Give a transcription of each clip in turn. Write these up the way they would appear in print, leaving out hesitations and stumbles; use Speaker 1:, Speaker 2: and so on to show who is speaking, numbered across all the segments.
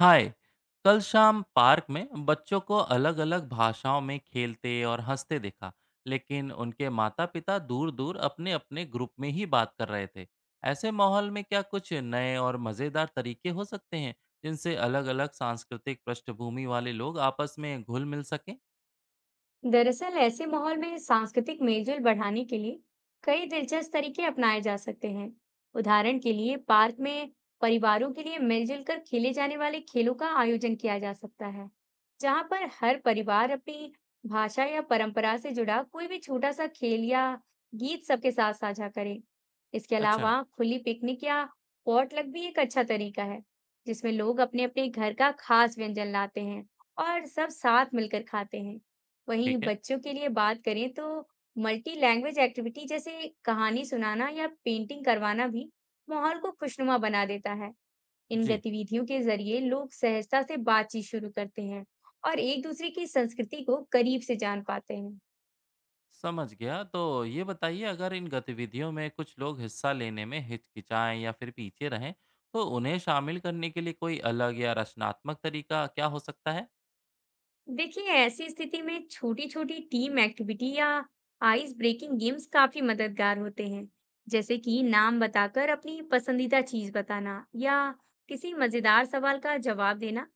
Speaker 1: हाय। कल शाम पार्क में बच्चों को अलग-अलग भाषाओं में खेलते और हंसते देखा, लेकिन उनके माता-पिता दूर-दूर अपने-अपने ग्रुप में ही बात कर रहे थे। ऐसे माहौल में क्या कुछ नए और मजेदार तरीके हो सकते हैं जिनसे अलग-अलग सांस्कृतिक पृष्ठभूमि वाले लोग आपस में घुल मिल सकें?
Speaker 2: दरअसल ऐसे माहौल में सांस्कृतिक मेलजोल बढ़ाने के लिए कई दिलचस्प तरीके अपनाए जा सकते हैं। उदाहरण के लिए पार्क में परिवारों के लिए मिलजुल कर खेले जाने वाले खेलों का आयोजन किया जा सकता है, जहां पर हर परिवार अपनी भाषा या परंपरा से जुड़ा कोई भी छोटा सा खेल या गीत सबके साथ साझा करे। इसके अलावा
Speaker 1: अच्छा।
Speaker 2: खुली पिकनिक या पॉटलक भी एक अच्छा तरीका है, जिसमें लोग अपने अपने घर का खास व्यंजन लाते हैं और सब साथ मिलकर खाते हैं। वहीं
Speaker 1: ठीक है।
Speaker 2: बच्चों के लिए बात करें तो मल्टी लैंग्वेज एक्टिविटी जैसे कहानी सुनाना या पेंटिंग करवाना भी माहौल को खुशनुमा बना देता है। इन
Speaker 1: जी,
Speaker 2: गतिविधियों के जरिए लोग सहजता से बातचीत शुरू करते हैं और एक दूसरे की संस्कृति को करीब से जान पाते हैं।
Speaker 1: समझ गया। तो ये बताइए, अगर इन गतिविधियों में कुछ लोग हिस्सा लेने में हिचकिचाएं या फिर पीछे रहें, तो उन्हें शामिल करने के लिए कोई अलग या रचनात्मक तरीका क्या हो सकता है?
Speaker 2: देखिए ऐसी स्थिति में छोटी छोटी टीम एक्टिविटी या आइस ब्रेकिंग गेम्स काफी मददगार होते हैं। जैसे कि नाम बताकर अपनी पसंदीदा चीज बताना या किसी मजेदार सवाल का जवाब देना।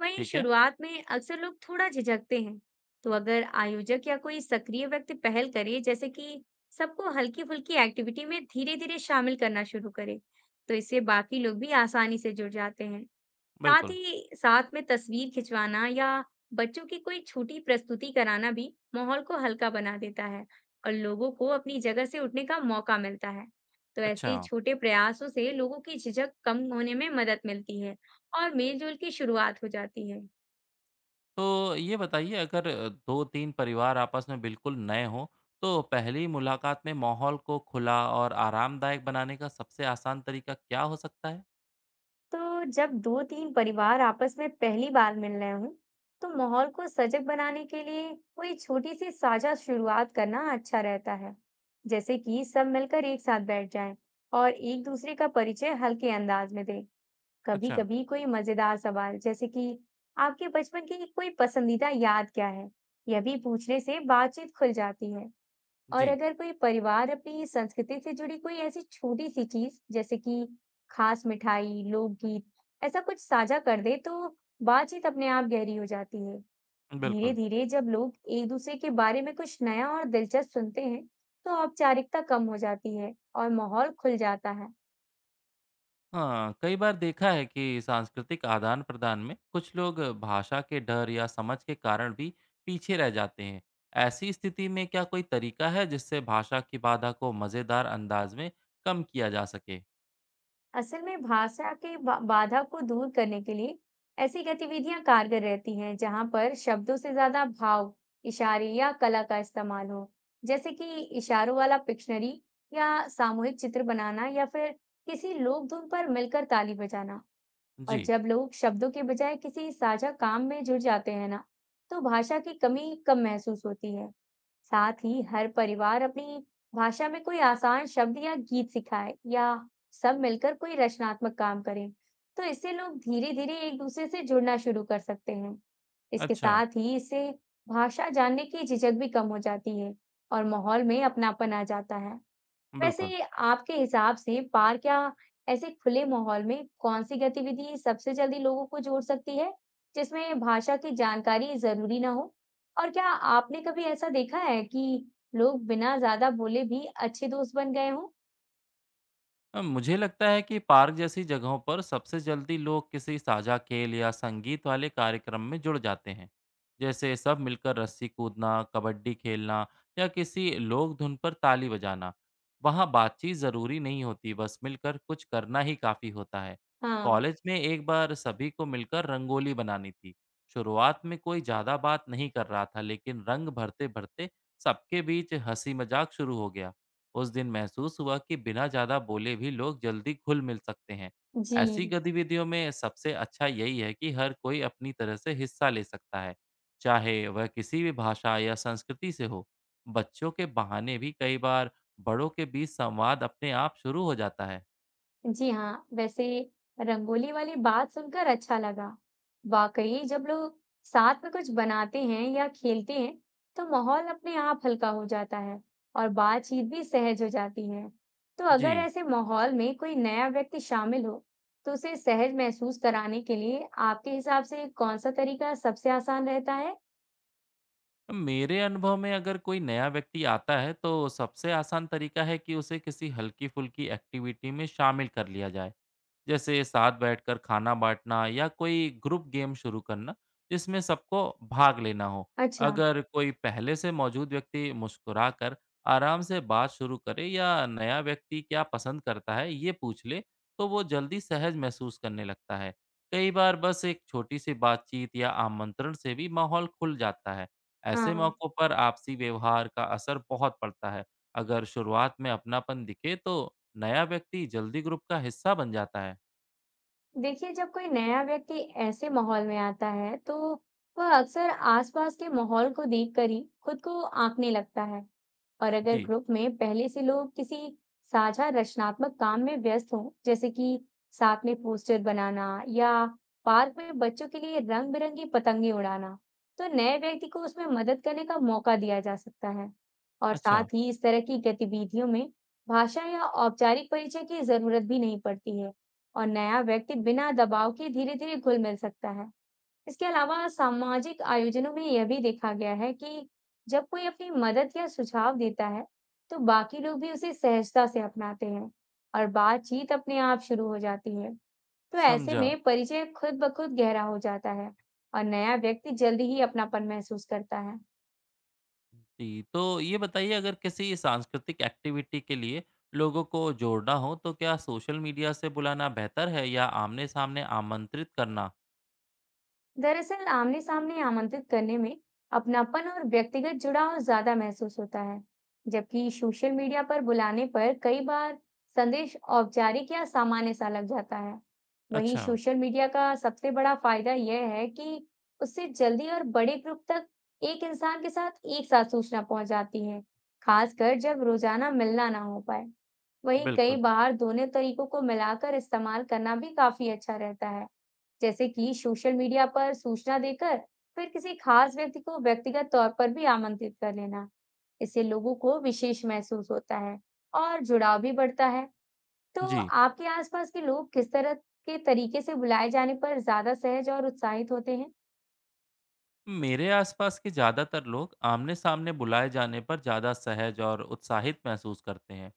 Speaker 2: वहीं
Speaker 1: ठीक है।
Speaker 2: शुरुआत में अक्सर लोग थोड़ा झिझकते हैं, तो अगर आयोजक या कोई सक्रिय व्यक्ति पहल करे, जैसे कि सबको हल्की फुल्की एक्टिविटी में धीरे धीरे शामिल करना शुरू करे, तो इससे बाकी लोग भी आसानी से जुड़ जाते हैं। साथ
Speaker 1: बिल्कुल।
Speaker 2: ही साथ में तस्वीर खिंचवाना या बच्चों की कोई छोटी प्रस्तुति कराना भी माहौल को हल्का बना देता है और लोगों को अपनी जगह से उठने का मौका मिलता है। तो
Speaker 1: अच्छा।
Speaker 2: ऐसे छोटे प्रयासों से लोगों की झिझक कम होने में मदद मिलती है और मेलजोल की शुरुआत हो जाती है।
Speaker 1: तो ये बताइए, अगर दो तीन परिवार आपस में बिल्कुल नए हों, तो पहली मुलाकात में माहौल को खुला और आरामदायक बनाने का सबसे आसान तरीका क्या हो सकता है?
Speaker 2: तो जब दो तीन परिवार आपस में पहली बार मिल रहे हों, तो माहौल को सजग बनाने के लिए कोई छोटी सी साझा शुरुआत करना अच्छा रहता है, जैसे कि सब मिलकर एक साथ बैठ जाएं और एक दूसरे का परिचय हल्के अंदाज में दें।
Speaker 1: अच्छा।
Speaker 2: कभी-कभी कोई मजेदार सवाल, जैसे कि आपके बचपन की कोई पसंदीदा याद क्या है, यह भी पूछने से बातचीत खुल जाती है। और
Speaker 1: जी।
Speaker 2: अगर कोई परिवार अपनी संस्कृति से जुड़ी कोई ऐसी छोटी सी चीज, जैसे कि खास मिठाई, लोकगीत, ऐसा कुछ साझा कर दे, तो बातचीत अपने आप गहरी हो जाती है। धीरे
Speaker 1: बिल्कुल।
Speaker 2: धीरे जब लोग एक दूसरे के बारे में कुछ नया और दिलचस्प सुनते हैं, तो औपचारिकता कम हो जाती है और माहौल खुल जाता है।
Speaker 1: हाँ, कई बार देखा है कि सांस्कृतिक आदान प्रदान में कुछ लोग भाषा के डर या समझ के कारण भी पीछे रह जाते हैं। ऐसी स्थिति में क्या कोई तरीका है जिससे भाषा की बाधा को मज़ेदार अंदाज में कम किया जा सके?
Speaker 2: असल में भाषा के बाधा को दूर करने के लिए ऐसी गतिविधियां कारगर रहती हैं, जहां पर शब्दों से ज्यादा भाव, इशारे या कला का इस्तेमाल हो, जैसे कि इशारों वाला पिक्शनरी या सामूहिक चित्र बनाना या फिर किसी लोक धुन पर मिलकर ताली बजाना। और
Speaker 1: जी।
Speaker 2: जब लोग शब्दों के बजाय किसी साझा काम में जुट जाते हैं ना, तो भाषा की कमी कम महसूस होती है। साथ ही हर परिवार अपनी भाषा में कोई आसान शब्द या गीत सिखाए या सब मिलकर कोई रचनात्मक काम करें, तो इससे लोग धीरे धीरे एक दूसरे से जुड़ना शुरू कर सकते हैं। इसके
Speaker 1: अच्छा।
Speaker 2: साथ ही इससे भाषा जानने की झिझक भी कम हो जाती है और माहौल में अपनापन आ जाता है।
Speaker 1: बिल्कुल।
Speaker 2: वैसे आपके हिसाब से पार्क या ऐसे खुले माहौल में कौन सी गतिविधि सबसे जल्दी लोगों को जोड़ सकती है, जिसमें भाषा की जानकारी जरूरी ना हो? और क्या आपने कभी ऐसा देखा है कि लोग बिना ज्यादा बोले भी अच्छे दोस्त बन गए हों?
Speaker 1: मुझे लगता है कि पार्क जैसी जगहों पर सबसे जल्दी लोग किसी साझा खेल या संगीत वाले कार्यक्रम में जुड़ जाते हैं। जैसे सब मिलकर रस्सी कूदना, कबड्डी खेलना या किसी लोक धुन पर ताली बजाना। वहाँ बातचीत ज़रूरी नहीं होती, बस मिलकर कुछ करना ही काफ़ी होता है।
Speaker 2: हाँ,
Speaker 1: कॉलेज में एक बार सभी को मिलकर रंगोली बनानी थी। शुरुआत में कोई ज़्यादा बात नहीं कर रहा था, लेकिन रंग भरते भरते सबके बीच हंसी मजाक शुरू हो गया। उस दिन महसूस हुआ कि बिना ज़्यादा बोले भी लोग जल्दी घुल मिल सकते हैं।
Speaker 2: जी।
Speaker 1: ऐसी गतिविधियों में सबसे अच्छा यही है कि हर कोई अपनी तरह से हिस्सा ले सकता है, चाहे वह किसी भी भाषा या संस्कृति से हो। बच्चों के बहाने भी कई बार बड़ों के बीच संवाद अपने आप शुरू हो जाता है।
Speaker 2: जी हाँ। वैसे रंगोली वाली बात सुनकर अच्छा लगा। वाकई जब लोग साथ में कुछ बनाते हैं या खेलते हैं, तो माहौल अपने आप हल्का हो जाता है और बातचीत भी सहज हो जाती है। तो अगर
Speaker 1: जी।
Speaker 2: ऐसे माहौल में कोई नया व्यक्ति शामिल हो, तो उसे सहज महसूस कराने के लिए आपके हिसाब से कौन सा तरीका सबसे आसान रहता है?
Speaker 1: मेरे अनुभव में, अगर कोई नया व्यक्ति आता है तो सबसे आसान तरीका है कि उसे किसी हल्की फुल्की एक्टिविटी में शामिल कर लिया जाए, जैसे साथ बैठकर खाना बाँटना या कोई ग्रुप गेम शुरू करना, जिसमें सबको भाग लेना हो।
Speaker 2: अच्छा।
Speaker 1: अगर कोई पहले से मौजूद व्यक्ति मुस्कुराकर आराम से बात शुरू करे या नया व्यक्ति क्या पसंद करता है, ये पूछ ले, तो वो जल्दी सहज महसूस करने लगता है। कई बार बस एक छोटी-सी बातचीत या आमंत्रण से भी माहौल खुल जाता है। ऐसे
Speaker 2: हाँ,
Speaker 1: मौक़ों पर आपसी व्यवहार का असर बहुत पड़ता है। अगर शुरुआत में अपनापन दिखे, तो नया व्यक्ति जल्दी ग्रुप का हिस्सा बन जाता है।
Speaker 2: देखिए जब कोई नया व्यक्ति ऐसे माहौल में आता है, तो वह अक्सर आसपास के माहौल को देखकर ही खुद को आंकने लगता है। और अगर
Speaker 1: जी।
Speaker 2: ग्रुप में पहले से लोग किसी साझा रचनात्मक काम में व्यस्त हों, जैसे कि साथ में पोस्टर बनाना या पार्क में बच्चों के लिए रंग बिरंगी पतंगे उड़ाना, तो नए व्यक्ति को उसमें मदद करने का मौका दिया जा सकता है। और साथ
Speaker 1: अच्छा।
Speaker 2: ही इस तरह की गतिविधियों में भाषा या औपचारिक परिचय की जरूरत भी नहीं पड़ती है और नया व्यक्ति बिना दबाव के धीरे धीरे घुल मिल सकता है। इसके अलावा सामाजिक आयोजनों में यह भी देखा गया है कि जब कोई अपनी मदद या सुझाव देता है, तो बाकी लोग भी उसे सहजता से अपनाते हैं और बातचीत अपने आप शुरू हो जाती है। तो ऐसे
Speaker 1: समझा।
Speaker 2: में परिचय खुद ब खुद गहरा हो जाता है और नया व्यक्ति जल्दी ही अपनापन महसूस करता है।
Speaker 1: जी, तो ये बताइए, अगर किसी सांस्कृतिक एक्टिविटी के लिए लोगों को जोड़ना हो तो क्या सोशल मीडिया से बुलाना बेहतर है या आमने-सामने आमंत्रित करना?
Speaker 2: दरअसल आमने सामने आमंत्रित करने में अपनापन और व्यक्तिगत जुड़ाव ज्यादा महसूस होता है, जबकि सोशल मीडिया पर बुलाने पर कई बार संदेश औपचारिक या सामान्य सा लग जाता है। वहीं
Speaker 1: अच्छा।
Speaker 2: सोशल मीडिया का सबसे बड़ा फायदा यह है कि उससे जल्दी और बड़े ग्रुप तक एक इंसान के साथ एक साथ सूचना पहुंच जाती है, खासकर जब रोजाना मिलना ना हो पाए। वहीं कई
Speaker 1: बिल्कुल।
Speaker 2: बार दोनों तरीकों को मिलाकर इस्तेमाल करना भी काफी अच्छा रहता है, जैसे कि सोशल मीडिया पर सूचना देकर फिर किसी खास व्यक्ति को व्यक्तिगत तौर पर भी आमंत्रित कर लेना। इससे लोगों को विशेष महसूस होता है और जुड़ाव भी बढ़ता है। तो
Speaker 1: जी।
Speaker 2: आपके आसपास के लोग किस तरह के तरीके से बुलाए जाने पर ज्यादा सहज और उत्साहित होते हैं?
Speaker 1: मेरे आसपास के ज़्यादातर लोग आमने-सामने बुलाए जाने पर ज़्यादा सहज और उत्साहित महसूस करते हैं।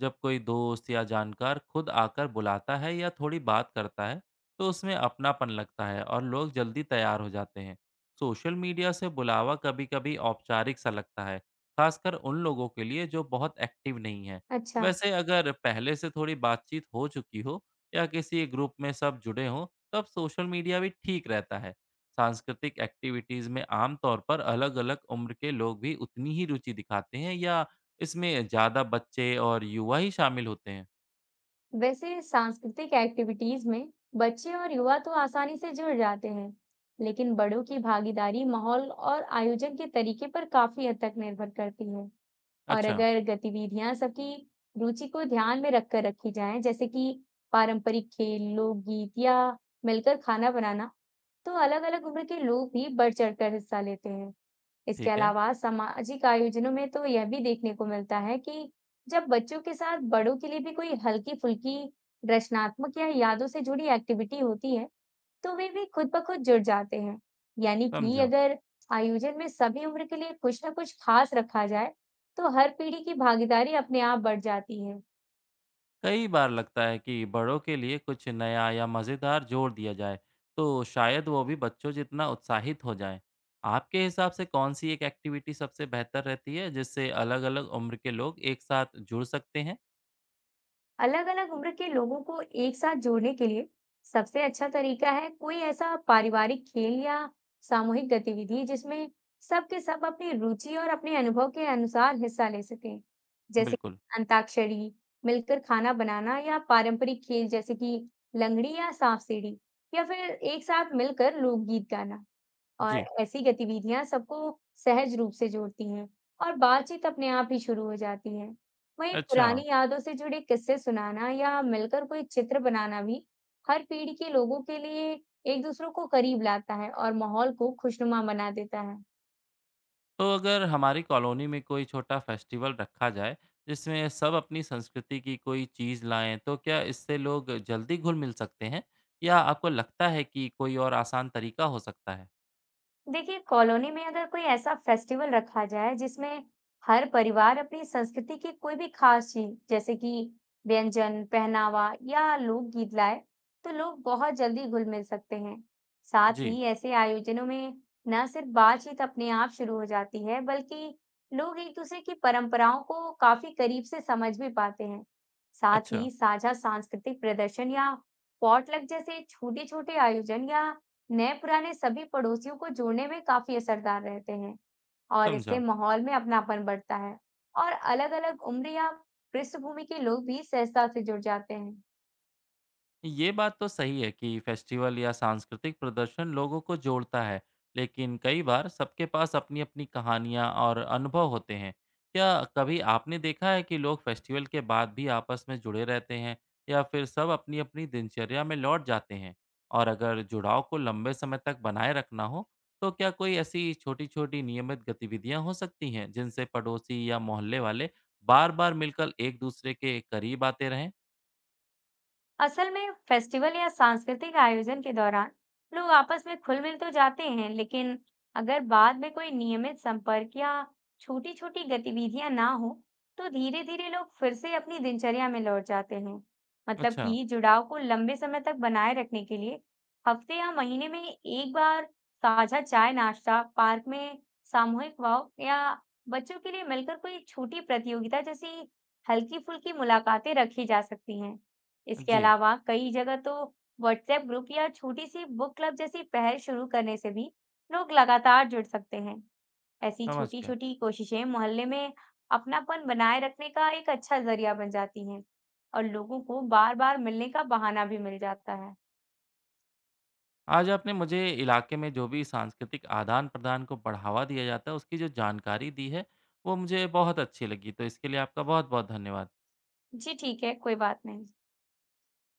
Speaker 1: जब कोई दोस्त या जानकार खुद आकर बुलाता है या थोड़ी बात करता है, तो उसमें अपनापन लगता है और लोग जल्दी तैयार हो जाते हैं। सोशल मीडिया से बुलावा कभी-कभी औपचारिक सा लगता है, खासकर उन लोगों के लिए जो बहुत एक्टिव नहीं हैं।
Speaker 2: अच्छा।
Speaker 1: वैसे अगर पहले से थोड़ी बातचीत हो चुकी हो या किसी ग्रुप में सब जुड़े हों, तब सोशल मीडिया भी ठीक रहता है। सांस्कृतिक एक्टिविटीज़ में आम तौर पर अलग-अलग उम्र के लोग भी उतनी ही रुचि दिखाते हैं या इसमें ज़्यादा बच्चे और युवा ही शामिल होते हैं?
Speaker 2: वैसे सांस्कृतिक एक्टिविटीज में बच्चे और युवा तो आसानी से जुड़ जाते हैं, लेकिन बड़ों की भागीदारी माहौल और आयोजन के तरीके पर काफी हद तक निर्भर करती है। और
Speaker 1: अच्छा।
Speaker 2: अगर गतिविधियां सबकी रुचि को ध्यान में रखकर रखी जाएं, जैसे कि पारंपरिक खेल, लोकगीत या मिलकर खाना बनाना, तो अलग-अलग उम्र के लोग भी बढ़ चढ़कर हिस्सा लेते हैं। इसके
Speaker 1: ठीक है।
Speaker 2: अलावा सामाजिक आयोजनों में तो यह भी देखने को मिलता है कि जब बच्चों के साथ बड़ों के लिए भी कोई हल्की फुल्की रचनात्मक या यादों से जुड़ी एक्टिविटी होती है, तो वे भी खुद ब खुद जुड़ जाते हैं। यानी कि
Speaker 1: समझा।
Speaker 2: अगर आयोजन में सभी उम्र के लिए कुछ ना कुछ खास रखा जाए, तो हर पीढ़ी की भागीदारी अपने आप बढ़ जाती है।
Speaker 1: कई बार लगता है कि बड़ों के लिए कुछ नया या मज़ेदार जोड़ दिया जाए, तो शायद वो भी बच्चों जितना उत्साहित हो जाएँ। आपके हिसाब से कौन-सी एक एक्टिविटी सबसे बेहतर रहती है, जिससे अलग-अलग उम्र के लोग एक साथ जुड़ सकते हैं?
Speaker 2: अलग-अलग उम्र के लोगों को एक साथ जोड़ने के लिए सबसे अच्छा तरीका है कोई ऐसा पारिवारिक खेल या सामूहिक गतिविधि जिसमें सबके सब अपनी रुचि और अपने अनुभव के अनुसार हिस्सा ले सकें, जैसे
Speaker 1: बिल्कुल।
Speaker 2: कि अंताक्षरी, मिलकर खाना बनाना या पारंपरिक खेल जैसे कि लंगड़ी या सांप सीढ़ी या फिर एक साथ मिलकर लोकगीत गाना। और
Speaker 1: जी।
Speaker 2: ऐसी गतिविधियां सबको सहज रूप से जोड़ती हैं और बातचीत अपने आप ही शुरू हो जाती है। वहीं
Speaker 1: अच्छा।
Speaker 2: पुरानी यादों से जुड़े किस्से सुनाना या मिलकर कोई चित्र बनाना भी हर पीढ़ी के लोगों के लिए एक दूसरों को करीब लाता है और माहौल को खुशनुमा बना देता है।
Speaker 1: तो अगर हमारी कॉलोनी में कोई छोटा फेस्टिवल रखा जाए जिसमें सब अपनी संस्कृति की कोई चीज़ लाएं, तो क्या इससे लोग जल्दी घुल मिल सकते हैं, या आपको लगता है कि कोई और आसान तरीका हो सकता है?
Speaker 2: देखिए कॉलोनी में अगर कोई ऐसा फेस्टिवल रखा जाए जिसमें हर परिवार अपनी संस्कृति की कोई भी खास चीज, जैसे कि व्यंजन, पहनावा या लोकगीत लाए, तो लोग बहुत जल्दी घुल मिल सकते हैं। साथ
Speaker 1: जी।
Speaker 2: ही ऐसे आयोजनों में न सिर्फ बातचीत अपने आप शुरू हो जाती है, बल्कि लोग एक दूसरे की परंपराओं को काफी करीब से समझ भी पाते हैं। साथ
Speaker 1: अच्छा।
Speaker 2: ही साझा सांस्कृतिक प्रदर्शन या पॉटलक जैसे छोटे छोटे आयोजन या नए पुराने सभी पड़ोसियों को जोड़ने में काफी असरदार रहते हैं और इससे
Speaker 1: समझा।
Speaker 2: माहौल में अपनापन बढ़ता है और अलग-अलग उम्र या पृष्ठभूमि के लोग भी सहजता से जुड़ जाते हैं।
Speaker 1: ये बात तो सही है कि फेस्टिवल या सांस्कृतिक प्रदर्शन लोगों को जोड़ता है, लेकिन कई बार सबके पास अपनी-अपनी कहानियाँ और अनुभव होते हैं। क्या कभी आपने देखा है कि लोग फेस्टिवल के बाद भी आपस में जुड़े रहते हैं या फिर सब अपनी-अपनी दिनचर्या में लौट जाते हैं? और अगर जुड़ाव को लंबे समय तक बनाए रखना हो, तो क्या कोई ऐसी छोटी-छोटी नियमित गतिविधियाँ हो सकती हैं, जिनसे पड़ोसी या मोहल्ले वाले बार-बार मिलकर एक दूसरे के करीब आते रहें?
Speaker 2: असल में फेस्टिवल या सांस्कृतिक आयोजन के दौरान लोग आपस में खुल मिल तो जाते हैं, लेकिन अगर बाद में कोई नियमित संपर्क या छोटी छोटी गतिविधियां ना हो, तो धीरे धीरे लोग फिर से अपनी दिनचर्या में लौट जाते हैं। मतलब कि
Speaker 1: अच्छा।
Speaker 2: जुड़ाव को लंबे समय तक बनाए रखने के लिए हफ्ते या महीने में एक बार साझा चाय नाश्ता, पार्क में सामूहिक वॉक या बच्चों के लिए मिलकर कोई छोटी प्रतियोगिता जैसी हल्की फुल्की मुलाकातें रखी जा सकती हैं। इसके
Speaker 1: जी।
Speaker 2: अलावा कई जगह तो व्हाट्सएप ग्रुप या छोटी सी बुक क्लब जैसी पहल शुरू करने से भी लोग लगातार जुड़ सकते हैं। ऐसी
Speaker 1: समझ
Speaker 2: छोटी
Speaker 1: गया।
Speaker 2: छोटी कोशिशें मोहल्ले में अपनापन बनाए रखने का एक अच्छा जरिया बन जाती हैं और लोगों को बार बार मिलने का बहाना भी मिल जाता है।
Speaker 1: आज आपने मुझे इलाके में जो भी सांस्कृतिक आदान प्रदान को बढ़ावा दिया जाता है उसकी जो जानकारी दी है, वो मुझे बहुत अच्छी लगी। तो इसके लिए आपका बहुत बहुत धन्यवाद।
Speaker 2: जी ठीक है, कोई बात नहीं।